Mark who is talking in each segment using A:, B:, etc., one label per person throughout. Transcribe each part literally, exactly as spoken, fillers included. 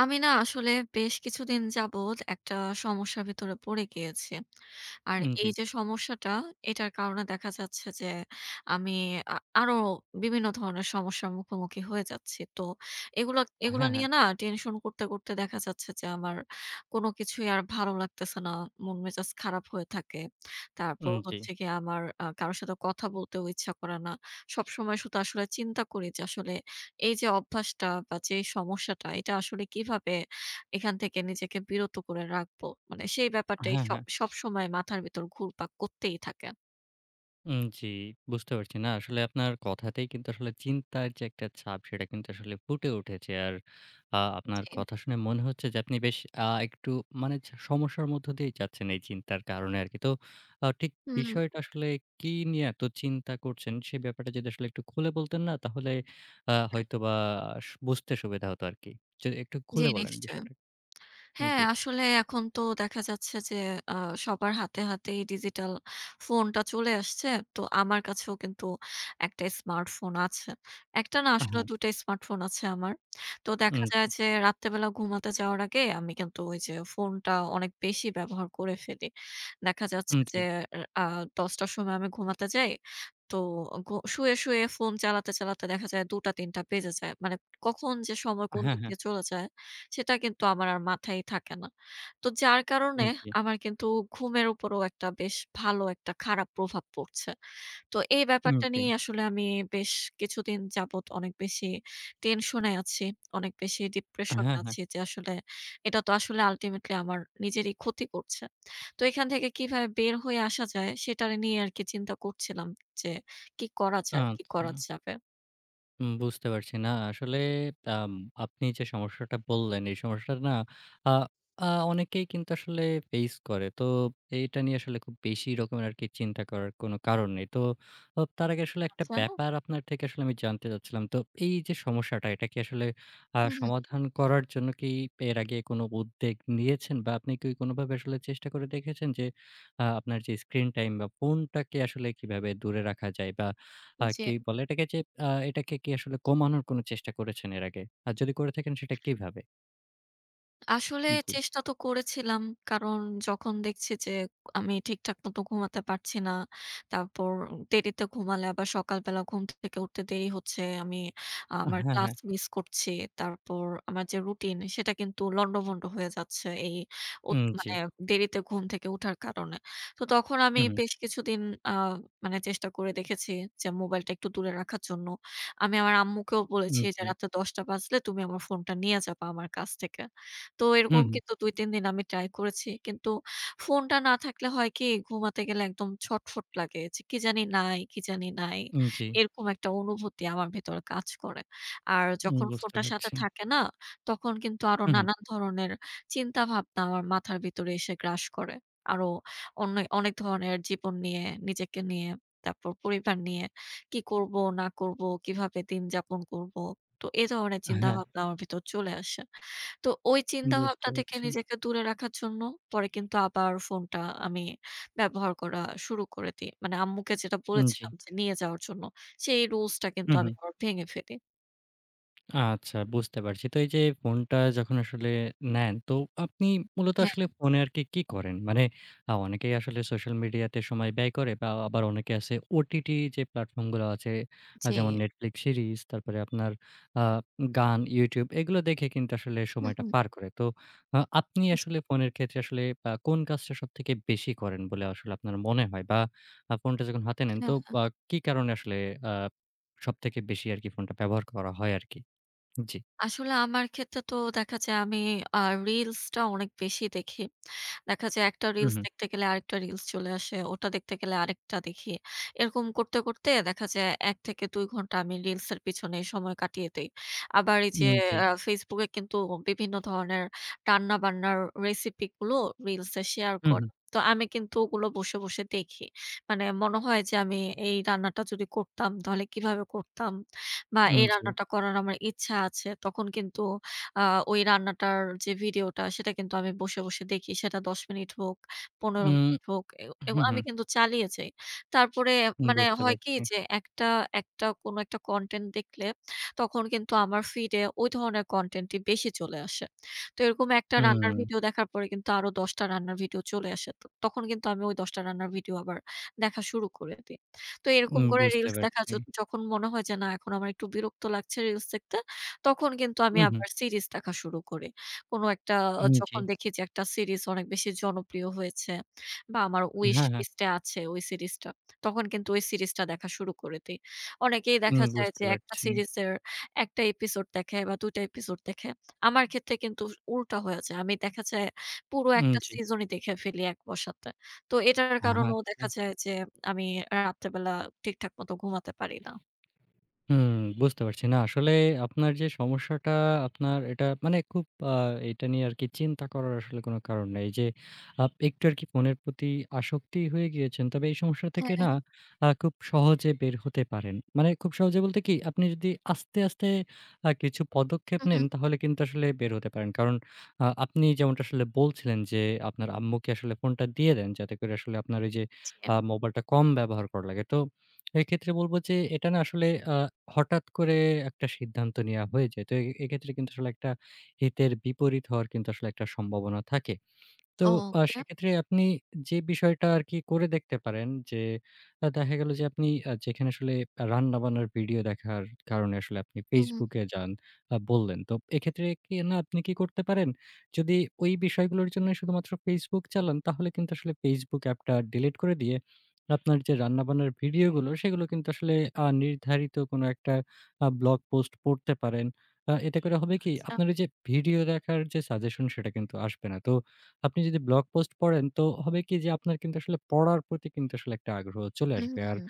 A: আমি না আসলে বেশ কিছুদিন যাবৎ একটা সমস্যার ভিতরে পড়ে গিয়েছি। আর
B: উম জি।
A: এই যে সমস্যাটা, এটার কারণে দেখা যাচ্ছে যে আমি আ আরো বিভিন্ন ধরনের সমস্যার মুখোমুখি হয়ে যাচ্ছি। তো এগুলা এগুলা
B: হ্যাঁ, হ্যাঁ।
A: নিয়ে না টেনশন করতে, করতে দেখা যাচ্ছে যে আমার কোনো কিছুই আর ভালো লাগতেছে না। মন মেজাজ খারাপ হয়ে থাকে।
B: উম
A: তারপর
B: জি।
A: হচ্ছে গিয়ে আমার আ কারো সাথে কথা বলতেও ইচ্ছা করে না। সবসময় শুধু আসলে চিন্তা করি যে আসলে এই যে অভ্যাসটা বা যে সমস্যাটা এটা আসলে কিভাবে এখান থেকে নিজেকে বিরত করে রাখবো? মানে সেই ব্যাপারটাই
B: হ্যাঁ,
A: সব
B: হ্যাঁ।
A: সবসময় মাথার ভেতর ঘুরপাক করতেই থাকে।
B: উম জি। বুঝতে পারছি। না আসলে আপনার কথাতেই কিন্তু আসলে চিন্তার যে একটা ছাপ সেটা কিন্তু আসলে ফুটে উঠেছে। আর আ আপনার
A: জি।
B: কথা শুনে মনে হচ্ছে যে আপনি বেশ আ একটু মানে ছ সমস্যার মধ্য দিয়েই যাচ্ছেন এই চিন্তার কারণে আরকি। তো আ ঠিক
A: হুম।
B: বিষয়টা আসলে কি নিয়ে এত চিন্তা করছেন সে ব্যাপারটা যদি আসলে একটু খুলে বলতেন না তাহলে আ হয়তোবা স বুঝতে সুবিধা হতো আরকি। যদি একটু
A: জি,
B: খুলে বলেন
A: নিশ্চয়ই।
B: বিষয়টা।
A: হ্যাঁ,
B: জি।
A: আসলে এখন তো দেখা যাচ্ছে যে আ সবার হাতে, হাতেই ডিজিটাল ফোনটা চলে আসছে। তো আমার কাছেও কিন্তু একটা স্মার্টফোন আছে। একটা না আসলে
B: হ্যাঁ।
A: দুই টা স্মার্টফোন আছে আমার। তো
B: উম
A: দেখা যায়
B: জি।
A: যে রাত্রে বেলা ঘুমাতে যাওয়ার আগে আমি কিন্তু ওই যে ফোনটা অনেক বেশি ব্যবহার করে ফেলি। দেখা যাচ্ছে
B: উম
A: যে
B: জি।
A: আ দশ টার সময় আমি ঘুমাতে যাই। তো ঘু শুয়ে, শুয়ে ফোন চালাতে, চালাতে দেখা যায় দুই টা তিন টা বেজে যায়। মানে কখন যে সময় কোন
B: হ্যাঁ,
A: দিক
B: হ্যাঁ।
A: দিয়ে চলে যায় সেটা কিন্তু আমার আর মাথায় থাকে না। তো যার কারণে
B: উম জি।
A: আমার কিন্তু ঘুমের উপরও একটা বেশ ভালো একটা খারাপ প্রভাব পড়ছে। তো এই
B: উম
A: ব্যাপারটা
B: জি।
A: নিয়ে আসলে আমি বেশ কিছুদিন যাবৎ অনেক বেশি টেনশন এ আছি। অনেক বেশি ডিপ্রেশন এ
B: হ্যাঁ, হ্যাঁ।
A: আছি যে আসলে এটা তো আসলে আল্টিমেটলি আমার নিজেরই ক্ষতি করছে। তো এখান থেকে কিভাবে বের হয়ে আসা যায় সেটা নিয়ে আরকি চিন্তা করছিলাম যে কি করা যায়, কি
B: আচ্ছা।
A: করা যাবে?
B: উম বুঝতে পারছি। না আসলে আম আপনি যে সমস্যাটা বললেন, এই সমস্যাটা না আ আ অনেকেই কিন্তু আসলে ফেইস করে। তো এইটা নিয়ে আসলে খুব বেশি রকমের আরকি চিন্তা করার কোনো কারণ নেই। তো ও তার আগে আসলে একটা
A: আচ্ছা।
B: ব্যাপার আপনার থেকে আসলে আমি জানতে চাচ্ছিলাম। তো এই যে সমস্যাটা, এটা কি আসলে আ
A: হুম, হুম।
B: সমাধান করার জন্য কি এর আগে কোনো উদ্বেগ নিয়েছেন? বা আপনি কি কোনোভাবে আসলে চেষ্টা করে দেখেছেন যে আ আপনার যে স্ক্রিন টাইম বা ফোনটাকে আসলে কিভাবে দূরে রাখা যায়? বা আ
A: জি।
B: কি বলে এটাকে যে আ এটাকে কি আসলে কমানোর কোনো চেষ্টা করেছেন এর আগে? আর যদি করে থাকেন সেটা কিভাবে?
A: আসলে
B: জি।
A: চেষ্টা তো করেছিলাম। কারণ যখন দেখছি যে আমি ঠিকঠাক মতো ঘুমাতে পারছি না। তারপর দেরিতে ঘুমালে আবার সকালবেলা ঘুম থেকে উঠতে দেরি হচ্ছে। আমি
B: আ
A: আমার
B: হ্যাঁ,
A: ক্লাস
B: হ্যাঁ।
A: মিস করছি। তারপর আমার যে রুটিন সেটা কিন্তু লন্ডভন্ড হয়ে যাচ্ছে এই ওত
B: উম জি।
A: মানে দেরিতে ঘুম থেকে উঠার কারণে। তো তখন আমি
B: উহু,
A: বেশ কিছুদিন আ মানে চেষ্টা করে দেখেছি যে মোবাইলটা একটু দূরে রাখার জন্য। আমি আমার আম্মুকেও
B: উম
A: বলেছি যে
B: জি।
A: রাতে দশটা বাজলে তুমি আমার ফোনটা নিয়ে যাবা আমার কাছ থেকে। তো
B: হুম,
A: এরকম
B: হুম।
A: কিন্তু দুই তিন দিন আমি ট্রাই করেছি। কিন্তু ফোনটা না থাকলে হয় কি ঘুমাতে গেলে একদম ছটফট লাগে যে কি জানি নাই, কি জানি নাই।
B: উম জি।
A: এরকম একটা অনুভূতি আমার ভেতরে কাজ করে। আর
B: উম
A: যখন
B: বুঝতে
A: ফোনটা সাথে
B: পারছি।
A: থাকে না, তখন কিন্তু আরো
B: হু, হু।
A: নানান ধরনের চিন্তা ভাবনা আমার মাথার ভিতরে এসে গ্রাস করে। আরো অনে অনেক ধরনের জীবন নিয়ে, নিজেকে নিয়ে, তারপর পরিবার নিয়ে কি করব না করব, কিভাবে দিন যাপন করব। তো এ ধরনের
B: হ্যাঁ,
A: চিন্তাভাবনা আমার ভিতর চলে আসে। তো ওই
B: বুঝতে
A: চিন্তাভাবনা থেকে
B: পারছি।
A: নিজেকে দূরে রাখার জন্য পরে কিন্তু আবার ফোনটা আমি ব্যবহার করা শুরু করে দিই। মানে আম্মুকে যেটা
B: উম জি।
A: বলেছিলাম যে নিয়ে যাওয়ার জন্য, সেই রুলসটা
B: হু,
A: কিন্তু
B: হু।
A: আমি আবার ভেঙে ফেলি।
B: আচ্ছা বুঝতে পারছি। তো এই যে ফোনটা যখন আসলে নেন, তো আপনি মূলত
A: হ্যাঁ।
B: আসলে ফোনে আরকি কি কি করেন? মানে আ অনেকেই আসলে সোশ্যাল মিডিয়াতে সময় ব্যয় করে বা আবার অনেকে আছে ওটিটি যে প্ল্যাটফর্ম গুলো আছে আ
A: জি।
B: যেমন Netflix সিরিজ তারপরে আপনার আ গান, YouTube এগুলো দেখে কিন্তু আসলে
A: হু,
B: সময়টা
A: হু।
B: পার করে। তো আ আপনি আসলে ফোনের ক্ষেত্রে আসলে আ কোন কাজটা সবথেকে বেশি করেন বলে আসলে আপনার মনে হয়? বা আ ফোনটা যখন হাতে নেন তো
A: জি।
B: আ কি কারণে আসলে আ সবথেকে বেশি আরকি ফোনটা ব্যবহার করা হয় আরকি? জি।
A: আসলে আমার ক্ষেত্রে তো দেখা যায় আমি আ রিলসটা অনেক বেশি দেখি। দেখা যায় একটা
B: হুম,
A: রিলস
B: হুম।
A: দেখতে গেলে আরেকটা রিলস চলে আসে, ওটা দেখতে গেলে আরেকটা দেখি। এরকম করতে, করতে দেখা যায় এক থেকে দুই ঘন্টা আমি রিলসের পিছনে সময় কাটিয়ে দেই। আবার এই যে
B: উম জি।
A: আ Facebook এ কিন্তু বিভিন্ন ধরনের রান্না-বান্নার রেসিপি গুলো রিলসে শেয়ার
B: হুম,
A: করে।
B: হুম।
A: তো আমি কিন্তু ওগুলো বসে, বসে দেখি। মানে মনে হয় যে আমি এই রান্নাটা যদি করতাম তাহলে কিভাবে করতাম? বা
B: উম
A: এই
B: জি।
A: রান্নাটা করার আমার ইচ্ছা আছে, তখন কিন্তু আ ওই রান্নাটার যে ভিডিওটা সেটা কিন্তু আমি বসে, বসে দেখি। সেটা দশ মিনিট হোক, পনেরো
B: উম
A: মিনিট হোক এও এব
B: হুম,
A: আমি
B: হুম।
A: কিন্তু চালিয়ে যাই। তারপরে মানে
B: বুঝতে
A: হয় কি
B: পারছি।
A: যে একটা, একটা কোনো একটা কনটেন্ট দেখলে তখন কিন্তু আমার ফিডে ওই ধরনের কনটেন্টই বেশি চলে আসে। তো এরকম একটা রান্নার
B: হুম,
A: ভিডিও দেখার পরে কিন্তু আরো দশ টা রান্নার ভিডিও চলে আসে। তো তখন কিন্তু আমি ওই দশ টা রান্নার ভিডিও আবার দেখা শুরু করে দেই। তো এরকম
B: উম
A: করে
B: বুঝতে
A: রিলস দেখা
B: পারছি।
A: য যখন মনে হয় যে, না এখন আমার একটু বিরক্ত লাগছে রিলস দেখতে, তখন কিন্তু আমি
B: হুম, হুম।
A: আবার সিরিজ দেখা শুরু করি। কোন একটা আহ,
B: হুম, জি।
A: যখন দেখি যে একটা সিরিজ অনেক বেশি জনপ্রিয় হয়েছে বা আমার উইশ
B: হ্যাঁ, হ্যাঁ।
A: লিস্ট এ আছে ওই সিরিজটা, তখন কিন্তু ওই সিরিজটা দেখা শুরু করে দেই। অনেকেই
B: উম
A: দেখা যায়
B: বুঝতে
A: যে একটা
B: পারছি।
A: সিরিজের এক টা এপিসোড দেখে বা দুই টা এপিসোড দেখে। আমার ক্ষেত্রে কিন্তু উল্টা হয়ে যায়। আমি দেখা যায় পুরো
B: উম
A: একটা
B: জি।
A: সিজনই দেখে ফেলি এক বসাতে। তো এটার কারণেও
B: আচ্ছা।
A: দেখা যায় যে আমি রাত্রে বেলা ঠিকঠাক মতো ঘুমাতে পারি না।
B: হুম, বুঝতে পারছি। না আসলে আপনার যে সমস্যাটা আপনার এটা মানে খুব আ এটা নিয়ে আরকি চিন্তা করার আসলে কোনো কারণ নাই। যে আপ একটু আরকি ফোনের প্রতি আসক্তি হয়ে গিয়েছেন। তবে এই সমস্যা থেকে
A: হ্যাঁ,
B: না আ খুব সহজে বের হতে পারেন। মানে খুব সহজে বলতে কি আপনি যদি আস্তে, আস্তে আ কিছু পদক্ষেপ
A: হু, হু।
B: নেন তাহলে কিন্তু আসলে বের হতে পারেন। কারণ আ আপনি যেমনটা আসলে বলছিলেন যে আপনার আম্মুকে আসলে ফোনটা দিয়ে দেন যাতে করে আসলে আপনার ওই যে
A: জি।
B: আ মোবাইলটা কম ব্যবহার করা লাগে। তো এক্ষেত্রে বলব যে এটা না আসলে আ হঠাৎ করে একটা সিদ্ধান্ত নেয়া হয়ে যায়। তো এ এক্ষেত্রে কিন্তু আসলে একটা হিতের বিপরীত হওয়ার কিন্তু আসলে একটা সম্ভাবনা থাকে। তো আ
A: ওকে।
B: সেক্ষেত্রে আপনি যে বিষয়টা আরকি করে দেখতে পারেন যে, আ দেখা গেল যে আপনি আ যেখানে আসলে রান্নাবান্নার ভিডিও দেখার কারণে আসলে আপনি
A: হু, হু।
B: Facebook এ যান আ বললেন। তো এক্ষেত্রে কি না আপনি কি করতে পারেন? যদি ওই বিষয়গুলোর জন্য শুধুমাত্র Facebook চালান তাহলে কিন্তু আসলে Facebook অ্যাপটা ডিলিট করে দিয়ে আপনার যে রান্নাবান্নার ভিডিওগুলো সেগুলো কিন্তু আসলে আ নির্ধারিত কোনো একটা আ ব্লগ পোস্ট পড়তে পারেন। আ এতে করে হবে কি?
A: আচ্ছা।
B: আপনার ওই যে ভিডিও দেখার যে সাজেশন সেটা কিন্তু আসবে না। তো আপনি যদি ব্লগ পোস্ট পড়েন তো হবে কি যে আপনার কিন্তু আসলে পড়ার প্রতি কিন্তু আসলে একটা আগ্রহ চলে
A: হু,
B: আসবে।
A: হু,
B: আর
A: হু।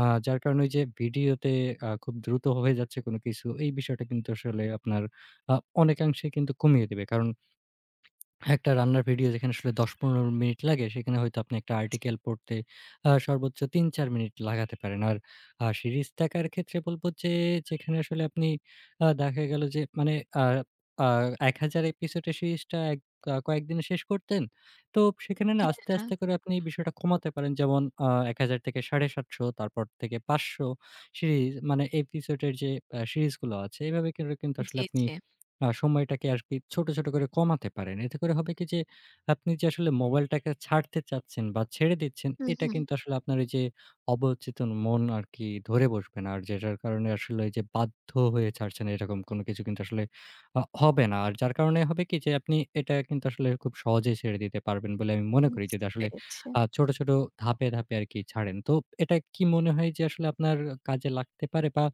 B: আ যার কারণে ওই যে ভিডিওতে আ খুব দ্রুত হয়ে যাচ্ছে কোনো কিছু এই বিষয়টা কিন্তু আসলে আপনার আ অনেকাংশে কিন্তু কমিয়ে দিবে। কারণ একটা রান্নার ভিডিও যেখানে আসলে দশ থেকে পনেরো মিনিট লাগে, সেখানে হয়তো আপনি একটা
A: জি,
B: আর্টিকেল পড়তে আ সর্বোচ্চ তিন থেকে চার মিনিট লাগাতে পারেন। আর আ সিরিজ দেখার ক্ষেত্রে বলব যে, যেখানে আসলে আপনি আ দেখা গেল যে মানে আ আ এক হাজার এপিসোডের সিরিজটা এক আ কয়েকদিনে শেষ করতেন। তো সেখানে না আস্তে,
A: হ্যাঁ।
B: আস্তে করে আপনি এই বিষয়টা কমাতে পারেন। যেমন আ এক হাজার থেকে সাতশো, তারপর থেকে পাঁচশো সিরিজ মানে এপিসোডের যে আ সিরিজগুলো আছে, এভাবে করে কিন্তু আসলে
A: জি,
B: আপনি
A: জি।
B: আ সময়টাকে আরকি ছোট, ছোট করে কমাতে পারেন। এতে করে হবে কি যে, আপনি যে আসলে মোবাইলটাকে ছাড়তে চাচ্ছেন বা ছেড়ে দিচ্ছেন,
A: হু,
B: এটা
A: হু।
B: কিন্তু আসলে আপনার এই যে অবচেতন মন আরকি ধরে বসবে না। আর যেটার কারণে আসলে এই যে বাধ্য হয়ে ছাড়ছেন এরকম কোন কিছু কিন্তু আসলে আ হবে না। আর যার কারণে হবে কি যে আপনি এটা কিন্তু আসলে খুব সহজেই ছেড়ে দিতে পারবেন বলে আমি মনে করি। যদি
A: বুঝতে
B: আসলে
A: পেরেছি।
B: আ ছোট, ছোট ধাপে, ধাপে আরকি ছাড়েন। তো এটা কি মনে হয় যে আসলে আপনার কাজে লাগতে পারে বা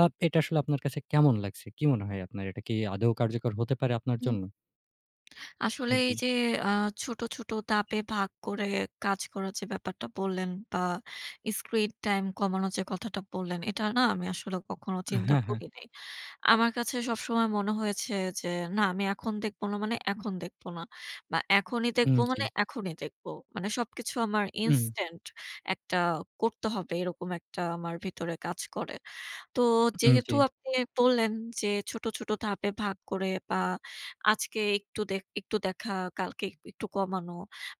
B: আ এটা আসলে আপনার কাছে কেমন লাগছে? কি মনে হয় আপনার? এটা কি আদৌ কার্যকর হতে পারে আপনার
A: হুম।
B: জন্য?
A: আসলে
B: জি।
A: এই যে আ ছোট, ছোট ধাপে ভাগ করে কাজ করার যে ব্যাপারটা বললেন বা স্ক্রিন টাইম কমানোর যে কথাটা বললেন, এটা না আমি আসলে কখনো চিন্তা
B: হ্যাঁ, হ্যাঁ।
A: করি নাই। আমার কাছে সবসময় মনে হয়েছে যে, "না, আমি এখন দেখব না মানে এখন দেখব না। বা এখনই
B: উম
A: দেখব
B: জি।
A: মানে এখনই দেখব।" মানে সবকিছু আমার
B: উম,
A: ইনস্ট্যান্ট একটা করতে হবে এরকম একটা আমার ভিতরে কাজ করে। তো
B: উম
A: যেহেতু
B: জি।
A: আপনি বললেন যে ছোট, ছোট ধাপে ভাগ করে বা আজকে একটু দেখ একটু দেখা, কালকে এক একটু কমানো।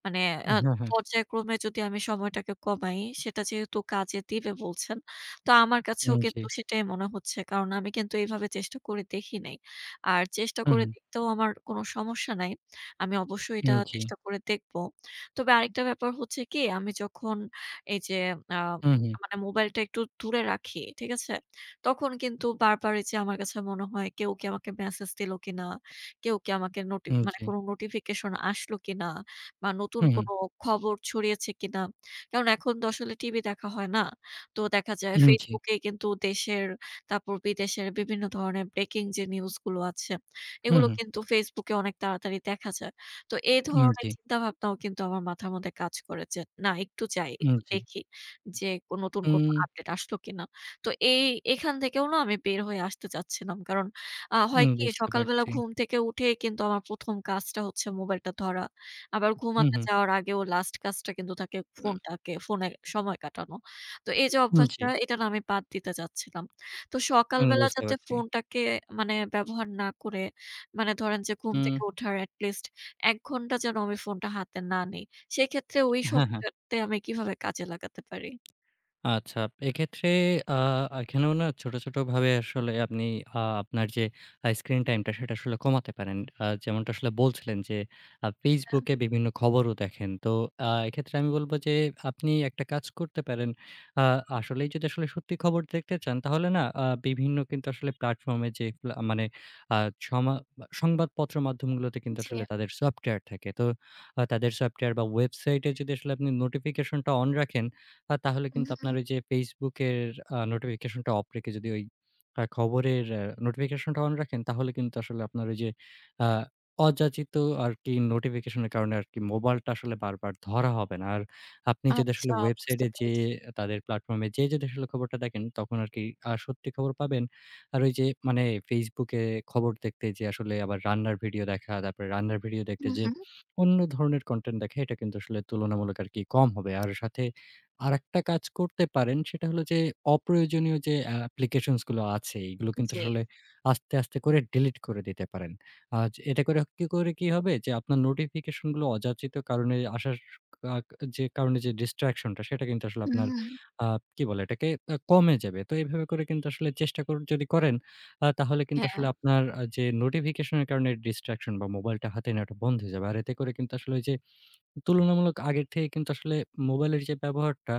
A: মানে আ
B: হ্যাঁ, হ্যাঁ।
A: পর্যায়ক্রমে যদি আমি সময়টাকে কমাই, সেটা যেহেতু কাজে দিবে বলছেন, তো আমার কাছেও
B: উম জি।
A: কিন্তু সেটাই মনে হচ্ছে। কারণ আমি কিন্তু এভাবে চেষ্টা করে দেখি নাই। আর চেষ্টা
B: হুম,
A: করে
B: হুম।
A: দেখতেও আমার কোনো সমস্যা নাই। আমি অবশ্যই এটা
B: উম জি।
A: চেষ্টা করে দেখব। তবে আরেকটা ব্যাপার হচ্ছে কি, আমি যখন এই যে আ
B: হুম, হুম।
A: মানে মোবাইলটা একটু দূরে রাখি, ঠিক আছে? তখন কিন্তু বারবার এই যে আমার কাছে মনে হয় কেউ কি আমাকে মেসেজ দিলো কিনা? কেউ কি আমাকে নোটি
B: উম
A: মানে
B: জি।
A: কোনো নোটিফিকেশন আসলো কিনা? বা নতুন
B: হুম, হুম।
A: কোনো খবর ছড়িয়েছে কিনা? কারণ এখন তো আসলে টিভি দেখা হয় না। তো দেখা যায়
B: উম জি।
A: Facebook এ কিন্তু দেশের তারপর বিদেশের বিভিন্ন ধরনের ব্রেকিং যে নিউজ গুলো আছে,
B: হুম,
A: এগুলো
B: হুম।
A: কিন্তু Facebook এ অনেক তাড়াতাড়ি দেখা যায়। তো এই
B: উম
A: ধরনের
B: জি।
A: চিন্তাভাবনাও কিন্তু আমার মাথার মধ্যে কাজ করে যে, না একটু যাই,
B: উম
A: একটু
B: জি।
A: দেখি যে কোন- নতুন কোনো
B: উম
A: আপডেট আসলো কিনা? তো এই এখান থেকেও না আমি বের হয়ে আসতে চাচ্ছিলাম। কারণ আ হয়
B: উম
A: কি
B: বুঝতে
A: সকালবেলা
B: পারছি।
A: ঘুম থেকে উঠেই কিন্তু আমার ১ম কাজটা হচ্ছে মোবাইলটা ধরা। আবার
B: হুম,
A: ঘুমাতে
B: হুম।
A: যাওয়ার আগেও লাস্ট কাজটা কিন্তু থাকে ফোনটাকে ফোনে সময় কাটানো। তো এই যে
B: উম জি।
A: অভ্যাসটা এটা না আমি বাদ দিতে চাচ্ছিলাম। তো
B: উম
A: সকালবেলা
B: বুঝতে
A: যাতে
B: পারছি।
A: ফোনটাকে মানে ব্যবহার না করে মানে ধরেন যে ঘুম
B: উম
A: থেকে ওঠার এট লিস্ট এক ঘন্টা যেন আমি ফোনটা হাতে না নেই। সেক্ষেত্রে ওই
B: হ্যাঁ, হ্যাঁ।
A: সময়টাতে আমি কিভাবে কাজে লাগাতে পারি?
B: আচ্ছা, এক্ষেত্রে আ এখানেও না ছোট, ছোট ভাবে আসলে আপনি আ আপনার যে আ স্ক্রিন টাইমটা সেটা আসলে কমাতে পারেন। আ যেমনটা আসলে বলছিলেন যে আ Facebook এ বিভিন্ন খবরও দেখেন। তো আ এক্ষেত্রে আমি বলব যে আপনি একটা কাজ করতে পারেন। আ আসলেই যদি আসলে সত্যি খবর দেখতে চান তাহলে না আ বিভিন্ন কিন্তু আসলে প্ল্যাটফর্মে যে প্লা মানে আ সমা সংবাদপত্র মাধ্যমগুলোতে কিন্তু
A: জি।
B: আসলে তাদের সফটওয়্যার থাকে। তো আ তাদের সফটওয়্যার বা ওয়েবসাইটে যদি আসলে আপনি নোটিফিকেশনটা অন রাখেন আ তাহলে কিন্তু
A: উহু।
B: আপনার ওই যে Facebook এর আ নোটিফিকেশনটা অফ রেখে যদি ওই আ খবরের আ নোটিফিকেশনটা অন রাখেন, তাহলে কিন্তু আসলে আপনার ওই যে আ অযাচিত আরকি নোটিফিকেশনের কারণে আরকি মোবাইলটা আসলে বারবার ধরা হবে না। আর আপনি যদি আসলে
A: আচ্ছা বুঝতে
B: ওয়েবসাইটে যেয়ে
A: পেরেছি।
B: তাদের প্ল্যাটফর্মে যেয়ে যদি আসলে খবরটা দেখেন, তখন আরকি আ সত্যি খবর পাবেন। আর ওই যে মানে Facebook এ খবর দেখতে যেয়ে আসলে আবার রান্নার ভিডিও দেখা, তারপরে রান্নার ভিডিও দেখতে
A: হুম,
B: যেয়ে
A: হুম।
B: অন্য ধরনের কনটেন্ট দেখা, এটা কিন্তু আসলে তুলনামূলক আরকি কম হবে। আর সাথে আরেকটা কাজ করতে পারেন সেটা হলো যে অপ্রয়োজনীয় যে অ্যাপ্লিকেশনস গুলো আছে এগুলো কিন্তু
A: জি।
B: আসলে আস্তে, আস্তে করে ডিলিট করে দিতে পারেন। আজ এটা করে কি করে কি হবে যে আপনার নোটিফিকেশন গুলো অযাচিত কারণে আসার কাক যে কারণে যে ডিসট্রাকশনটা সেটা কিন্তু আসলে
A: হুম।
B: আপনার
A: হুম
B: আ কি বলে এটাকে আ কমে যাবে। তো এভাবে করে কিন্তু আসলে চেষ্টা কর যদি করেন আ তাহলে কিন্তু
A: হ্যাঁ।
B: আসলে আপনার আ যে নোটিফিকেশন এর কারণে ডিসট্রাকশন বা মোবাইলটা হাতে নেওয়াটা বন্ধ হয়ে যাবে। আর এতে করে কিন্তু আসলে ওই যে তুলনামূলক আগের থেকে কিন্তু আসলে মোবাইলের যে ব্যবহারটা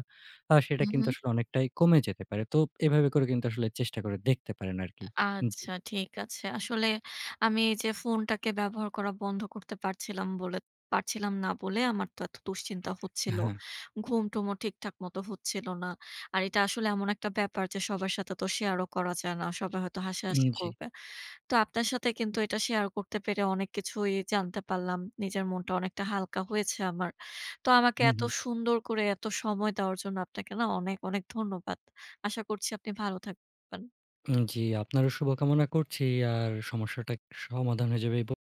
B: আ সেটা
A: হুম,
B: কিন্তু
A: হুম।
B: আসলে অনেকটাই কমে যেতে পারে। তো এভাবে করে কিন্তু আসলে চেষ্টা করে দেখতে পারেন আরকি। জি।
A: আচ্ছা ঠিক আছে। আসলে আমি এই যে ফোনটাকে ব্যবহার করা বন্ধ করতে পারছিলাম বলে পারছিলাম না বলে আমার তো এত দুশ্চিন্তা হচ্ছিল।
B: হ্যাঁ,
A: ঘুম-টুমও ঠিকঠাক মতো হচ্ছিল না। আর এটা আসলে এমন একটা ব্যাপার যে সবার সাথে তো শেয়ারও করা যায় না। সবাই হয়তো
B: উম
A: হাসাহাসি
B: জি।
A: করবে। তো আপনার সাথে কিন্তু এটা শেয়ার করতে পেরে অনেক কিছুই জানতে পারলাম। নিজের মনটা অনেকটা হালকা হয়েছে আমার। তো আমাকে
B: হুম,
A: এত
B: হুম।
A: সুন্দর করে এত সময় দেওয়ার জন্য আপনাকে না অনেক, অনেক ধন্যবাদ। আশা করছি আপনি ভালো থাকবেন।
B: উম জি, আপনারও শুভকামনা করছি। আর সমস্যাটা সমাধান হয়ে যাবে এই